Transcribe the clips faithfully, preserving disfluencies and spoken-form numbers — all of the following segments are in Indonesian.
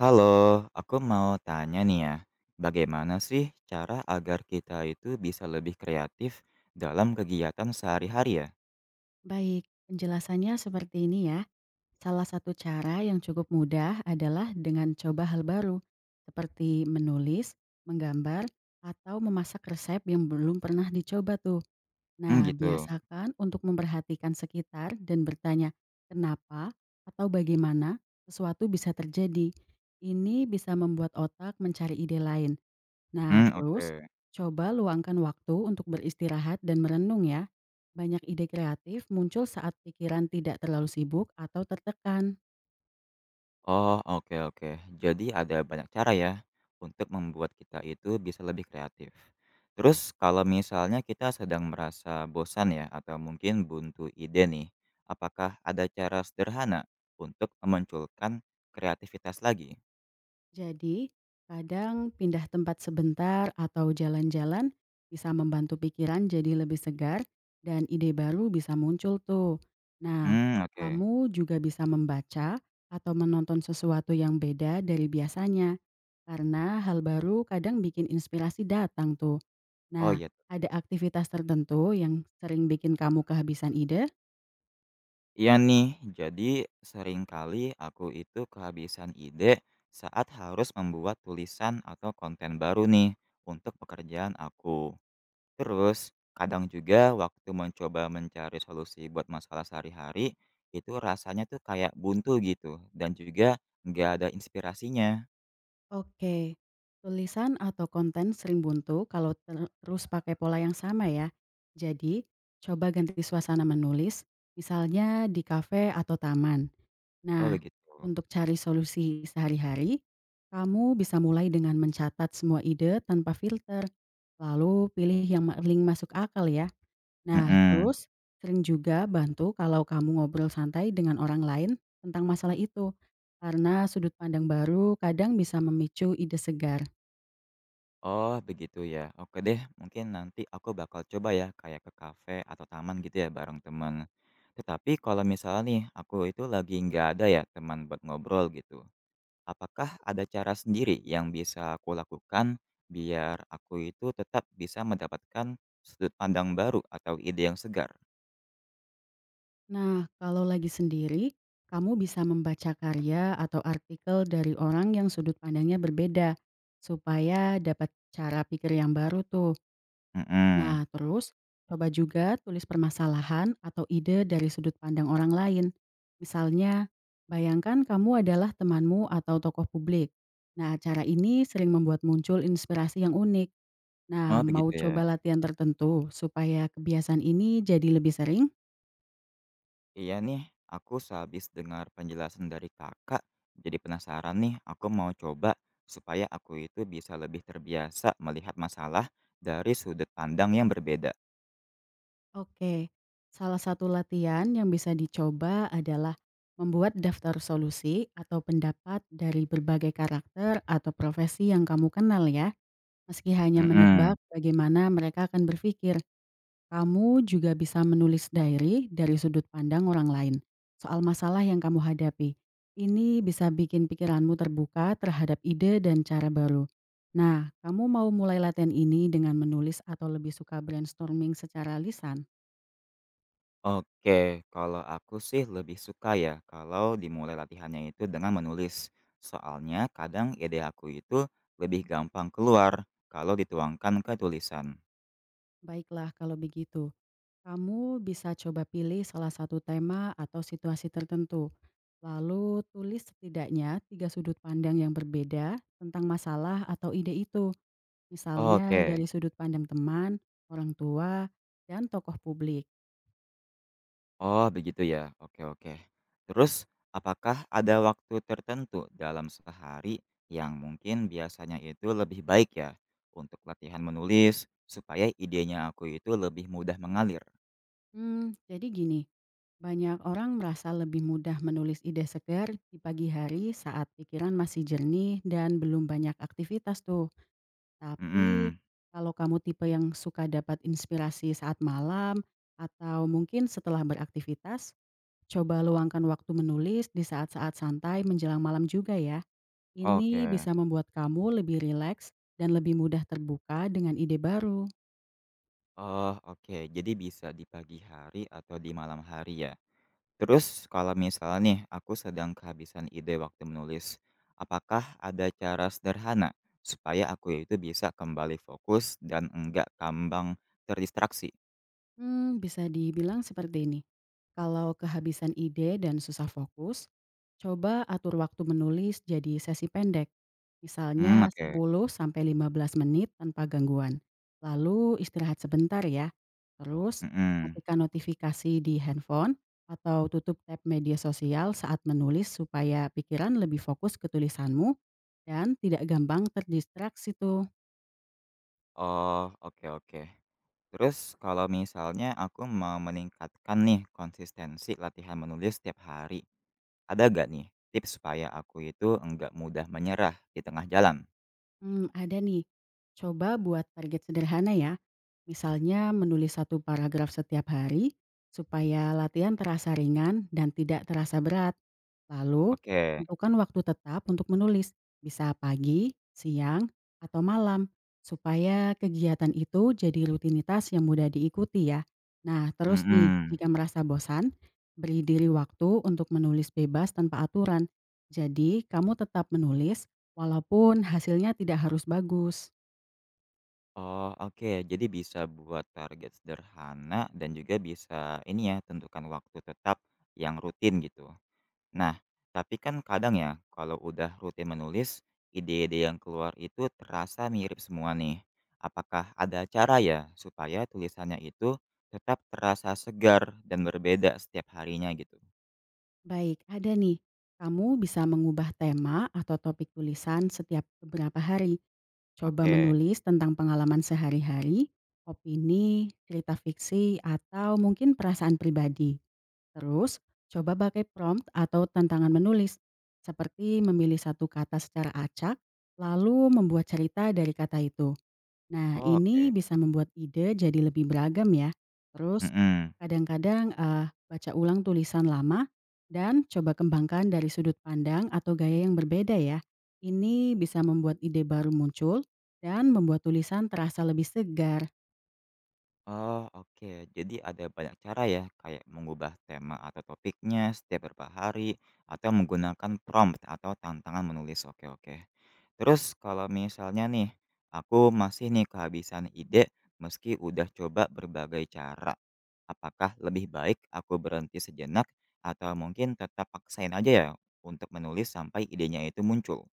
Halo, aku mau tanya nih ya, bagaimana sih cara agar kita itu bisa lebih kreatif dalam kegiatan sehari-hari ya? Baik, penjelasannya seperti ini ya. Salah satu cara yang cukup mudah adalah dengan coba hal baru, seperti menulis, menggambar, atau memasak resep yang belum pernah dicoba tuh. Hmm, Nah, gitu. biasakan untuk memperhatikan sekitar dan bertanya, kenapa atau bagaimana sesuatu bisa terjadi. Ini bisa membuat otak mencari ide lain. Nah, Hmm, terus oke. coba luangkan waktu untuk beristirahat dan merenung ya. Banyak ide kreatif muncul saat pikiran tidak terlalu sibuk atau tertekan. Oh, oke oke. Jadi ada banyak cara ya untuk membuat kita itu bisa lebih kreatif. Terus kalau misalnya kita sedang merasa bosan ya atau mungkin buntu ide nih, apakah ada cara sederhana untuk memunculkan kreativitas lagi? Jadi, kadang pindah tempat sebentar atau jalan-jalan bisa membantu pikiran jadi lebih segar dan ide baru bisa muncul tuh. Nah, Hmm, oke. kamu juga bisa membaca atau menonton sesuatu yang beda dari biasanya. Karena hal baru kadang bikin inspirasi datang tuh. Oh Nah, iya. ada aktivitas tertentu yang sering bikin kamu kehabisan ide? Iya nih, jadi seringkali aku itu kehabisan ide saat harus membuat tulisan atau konten baru nih untuk pekerjaan aku. Terus, kadang juga waktu mencoba mencari solusi buat masalah sehari-hari, itu rasanya tuh kayak buntu gitu dan juga nggak ada inspirasinya. Oke. Tulisan atau konten sering buntu kalau ter- terus pakai pola yang sama ya. Jadi, coba ganti suasana menulis, misalnya di kafe atau taman. Oh Nah, begitu. untuk cari solusi sehari-hari, kamu bisa mulai dengan mencatat semua ide tanpa filter. Lalu pilih yang paling masuk akal ya. Nah, Mhm. terus sering juga bantu kalau kamu ngobrol santai dengan orang lain tentang masalah itu, karena sudut pandang baru kadang bisa memicu ide segar. Oh, begitu ya. Oke deh, mungkin nanti aku bakal coba ya kayak ke kafe atau taman gitu ya bareng teman. Tetapi kalau misalnya nih aku itu lagi nggak ada ya teman buat ngobrol gitu. Apakah ada cara sendiri yang bisa aku lakukan biar aku itu tetap bisa mendapatkan sudut pandang baru atau ide yang segar? Nah, kalau lagi sendiri, kamu bisa membaca karya atau artikel dari orang yang sudut pandangnya berbeda, supaya dapat cara pikir yang baru tuh. Mm-mm. Nah, terus coba juga tulis permasalahan atau ide dari sudut pandang orang lain. Misalnya, bayangkan kamu adalah temanmu atau tokoh publik. Nah, cara ini sering membuat muncul inspirasi yang unik. Nah, Oh, mau begitu ya. coba latihan tertentu supaya kebiasaan ini jadi lebih sering? Iya nih, aku sehabis dengar penjelasan dari kakak, jadi penasaran nih, aku mau coba supaya aku itu bisa lebih terbiasa melihat masalah dari sudut pandang yang berbeda. Oke, salah satu latihan yang bisa dicoba adalah membuat daftar solusi atau pendapat dari berbagai karakter atau profesi yang kamu kenal ya. Meski hanya menebak Mm-mm. bagaimana mereka akan berpikir, kamu juga bisa menulis diary dari sudut pandang orang lain soal masalah yang kamu hadapi. Ini bisa bikin pikiranmu terbuka terhadap ide dan cara baru. Nah, kamu mau mulai latihan ini dengan menulis atau lebih suka brainstorming secara lisan? Oke, kalau aku sih lebih suka ya kalau dimulai latihannya itu dengan menulis. Soalnya kadang ide aku itu lebih gampang keluar kalau dituangkan ke tulisan. Baiklah kalau begitu. Kamu bisa coba pilih salah satu tema atau situasi tertentu, lalu tulis setidaknya tiga sudut pandang yang berbeda tentang masalah atau ide itu. Misalnya Oke. dari sudut pandang teman, orang tua, dan tokoh publik. Oh begitu ya, oke oke. Terus apakah ada waktu tertentu dalam sehari yang mungkin biasanya itu lebih baik ya untuk latihan menulis supaya idenya aku itu lebih mudah mengalir? Hmm, jadi gini, banyak orang merasa lebih mudah menulis ide segar di pagi hari saat pikiran masih jernih dan belum banyak aktivitas tuh. Tapi, Mhm, kalau kamu tipe yang suka dapat inspirasi saat malam atau mungkin setelah beraktivitas, coba luangkan waktu menulis di saat-saat santai menjelang malam juga ya. Ini oke. bisa membuat kamu lebih rileks dan lebih mudah terbuka dengan ide baru. Oh oke, jadi bisa di pagi hari atau di malam hari ya? Terus kalau misalnya nih aku sedang kehabisan ide waktu menulis, apakah ada cara sederhana supaya aku itu bisa kembali fokus dan enggak gampang terdistraksi? Mmm, bisa dibilang seperti ini. Kalau kehabisan ide dan susah fokus, coba atur waktu menulis jadi sesi pendek. Hmm, Misalnya oke. sepuluh sampai lima belas menit tanpa gangguan. Lalu istirahat sebentar ya. Terus Mhm. matikan notifikasi di handphone atau tutup tab media sosial saat menulis supaya pikiran lebih fokus ke tulisanmu dan tidak gampang terdistraksi tuh. Oh, oke oke. Terus kalau misalnya aku mau meningkatkan nih konsistensi latihan menulis setiap hari, ada gak nih tips supaya aku itu enggak mudah menyerah di tengah jalan? Mmm, ada nih. Coba buat target sederhana ya. Misalnya menulis satu paragraf setiap hari, supaya latihan terasa ringan dan tidak terasa berat. Lalu, Oke. tentukan waktu tetap untuk menulis, bisa pagi, siang, atau malam, supaya kegiatan itu jadi rutinitas yang mudah diikuti ya. Nah, terus nih, Mhm. jika merasa bosan, beri diri waktu untuk menulis bebas tanpa aturan. Jadi, kamu tetap menulis walaupun hasilnya tidak harus bagus. Oh, oke. Jadi bisa buat target sederhana dan juga bisa ini ya, tentukan waktu tetap yang rutin gitu. Nah, tapi kan kadang ya, kalau udah rutin menulis, ide-ide yang keluar itu terasa mirip semua nih. Apakah ada cara ya supaya tulisannya itu tetap terasa segar dan berbeda setiap harinya gitu? Baik, ada nih. Kamu bisa mengubah tema atau topik tulisan setiap beberapa hari. Coba Oke. menulis tentang pengalaman sehari-hari, opini, cerita fiksi, atau mungkin perasaan pribadi. Terus, coba pakai prompt atau tantangan menulis, seperti memilih satu kata secara acak, lalu membuat cerita dari kata itu. Nah, Oh, oke. ini bisa membuat ide jadi lebih beragam ya. Terus, Mm-mm. kadang-kadang eh, baca ulang tulisan lama dan coba kembangkan dari sudut pandang atau gaya yang berbeda ya. Ini bisa membuat ide baru muncul dan membuat tulisan terasa lebih segar. Oh, oke. Jadi ada banyak cara ya, kayak mengubah tema atau topiknya setiap beberapa hari atau menggunakan prompt atau tantangan menulis. Oke, oke. Terus kalau misalnya nih, aku masih nih kehabisan ide meski udah coba berbagai cara. Apakah lebih baik aku berhenti sejenak atau mungkin tetap paksain aja ya untuk menulis sampai idenya itu muncul?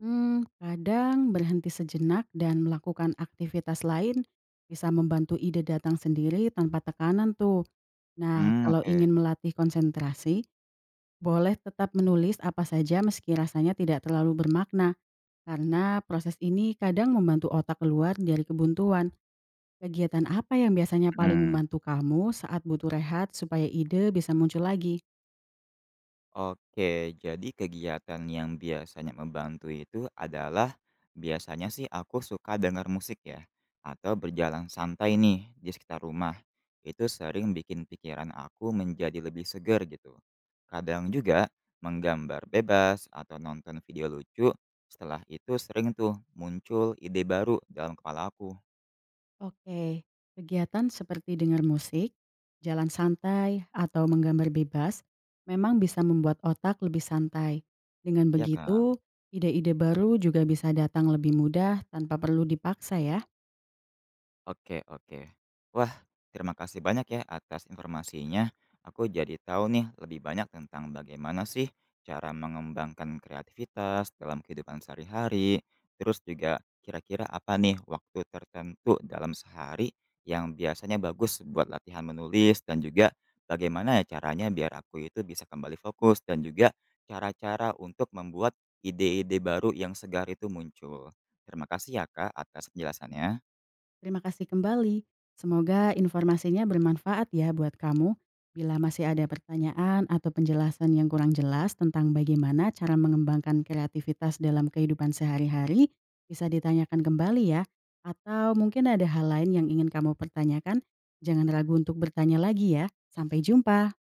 Hmm, kadang berhenti sejenak dan melakukan aktivitas lain bisa membantu ide datang sendiri tanpa tekanan tuh. Nah, Hmm, kalau oke. ingin melatih konsentrasi, boleh tetap menulis apa saja meski rasanya tidak terlalu bermakna, karena proses ini kadang membantu otak keluar dari kebuntuan. Kegiatan apa yang biasanya paling Hmm. membantu kamu saat butuh rehat supaya ide bisa muncul lagi? Oke, jadi kegiatan yang biasanya membantu itu adalah biasanya sih aku suka dengar musik ya, atau berjalan santai nih di sekitar rumah. Itu sering bikin pikiran aku menjadi lebih segar gitu. Kadang juga menggambar bebas atau nonton video lucu, setelah itu sering tuh muncul ide baru dalam kepala aku, Oke, kegiatan seperti dengar musik, jalan santai, atau menggambar bebas memang bisa membuat otak lebih santai. Dengan ya kan? begitu, ide-ide baru juga bisa datang lebih mudah tanpa perlu dipaksa ya. Oke oke. Wah, terima kasih banyak ya atas informasinya. Aku jadi tahu nih lebih banyak tentang bagaimana sih cara mengembangkan kreativitas dalam kehidupan sehari-hari. Terus juga kira-kira apa nih waktu tertentu dalam sehari yang biasanya bagus buat latihan menulis dan juga bagaimana ya caranya biar aku itu bisa kembali fokus dan juga cara-cara untuk membuat ide-ide baru yang segar itu muncul. Terima kasih ya Kak atas penjelasannya. Terima kasih kembali. Semoga informasinya bermanfaat ya buat kamu. Bila masih ada pertanyaan atau penjelasan yang kurang jelas tentang bagaimana cara mengembangkan kreativitas dalam kehidupan sehari-hari, bisa ditanyakan kembali ya. Atau mungkin ada hal lain yang ingin kamu pertanyakan, jangan ragu untuk bertanya lagi ya. Sampai jumpa.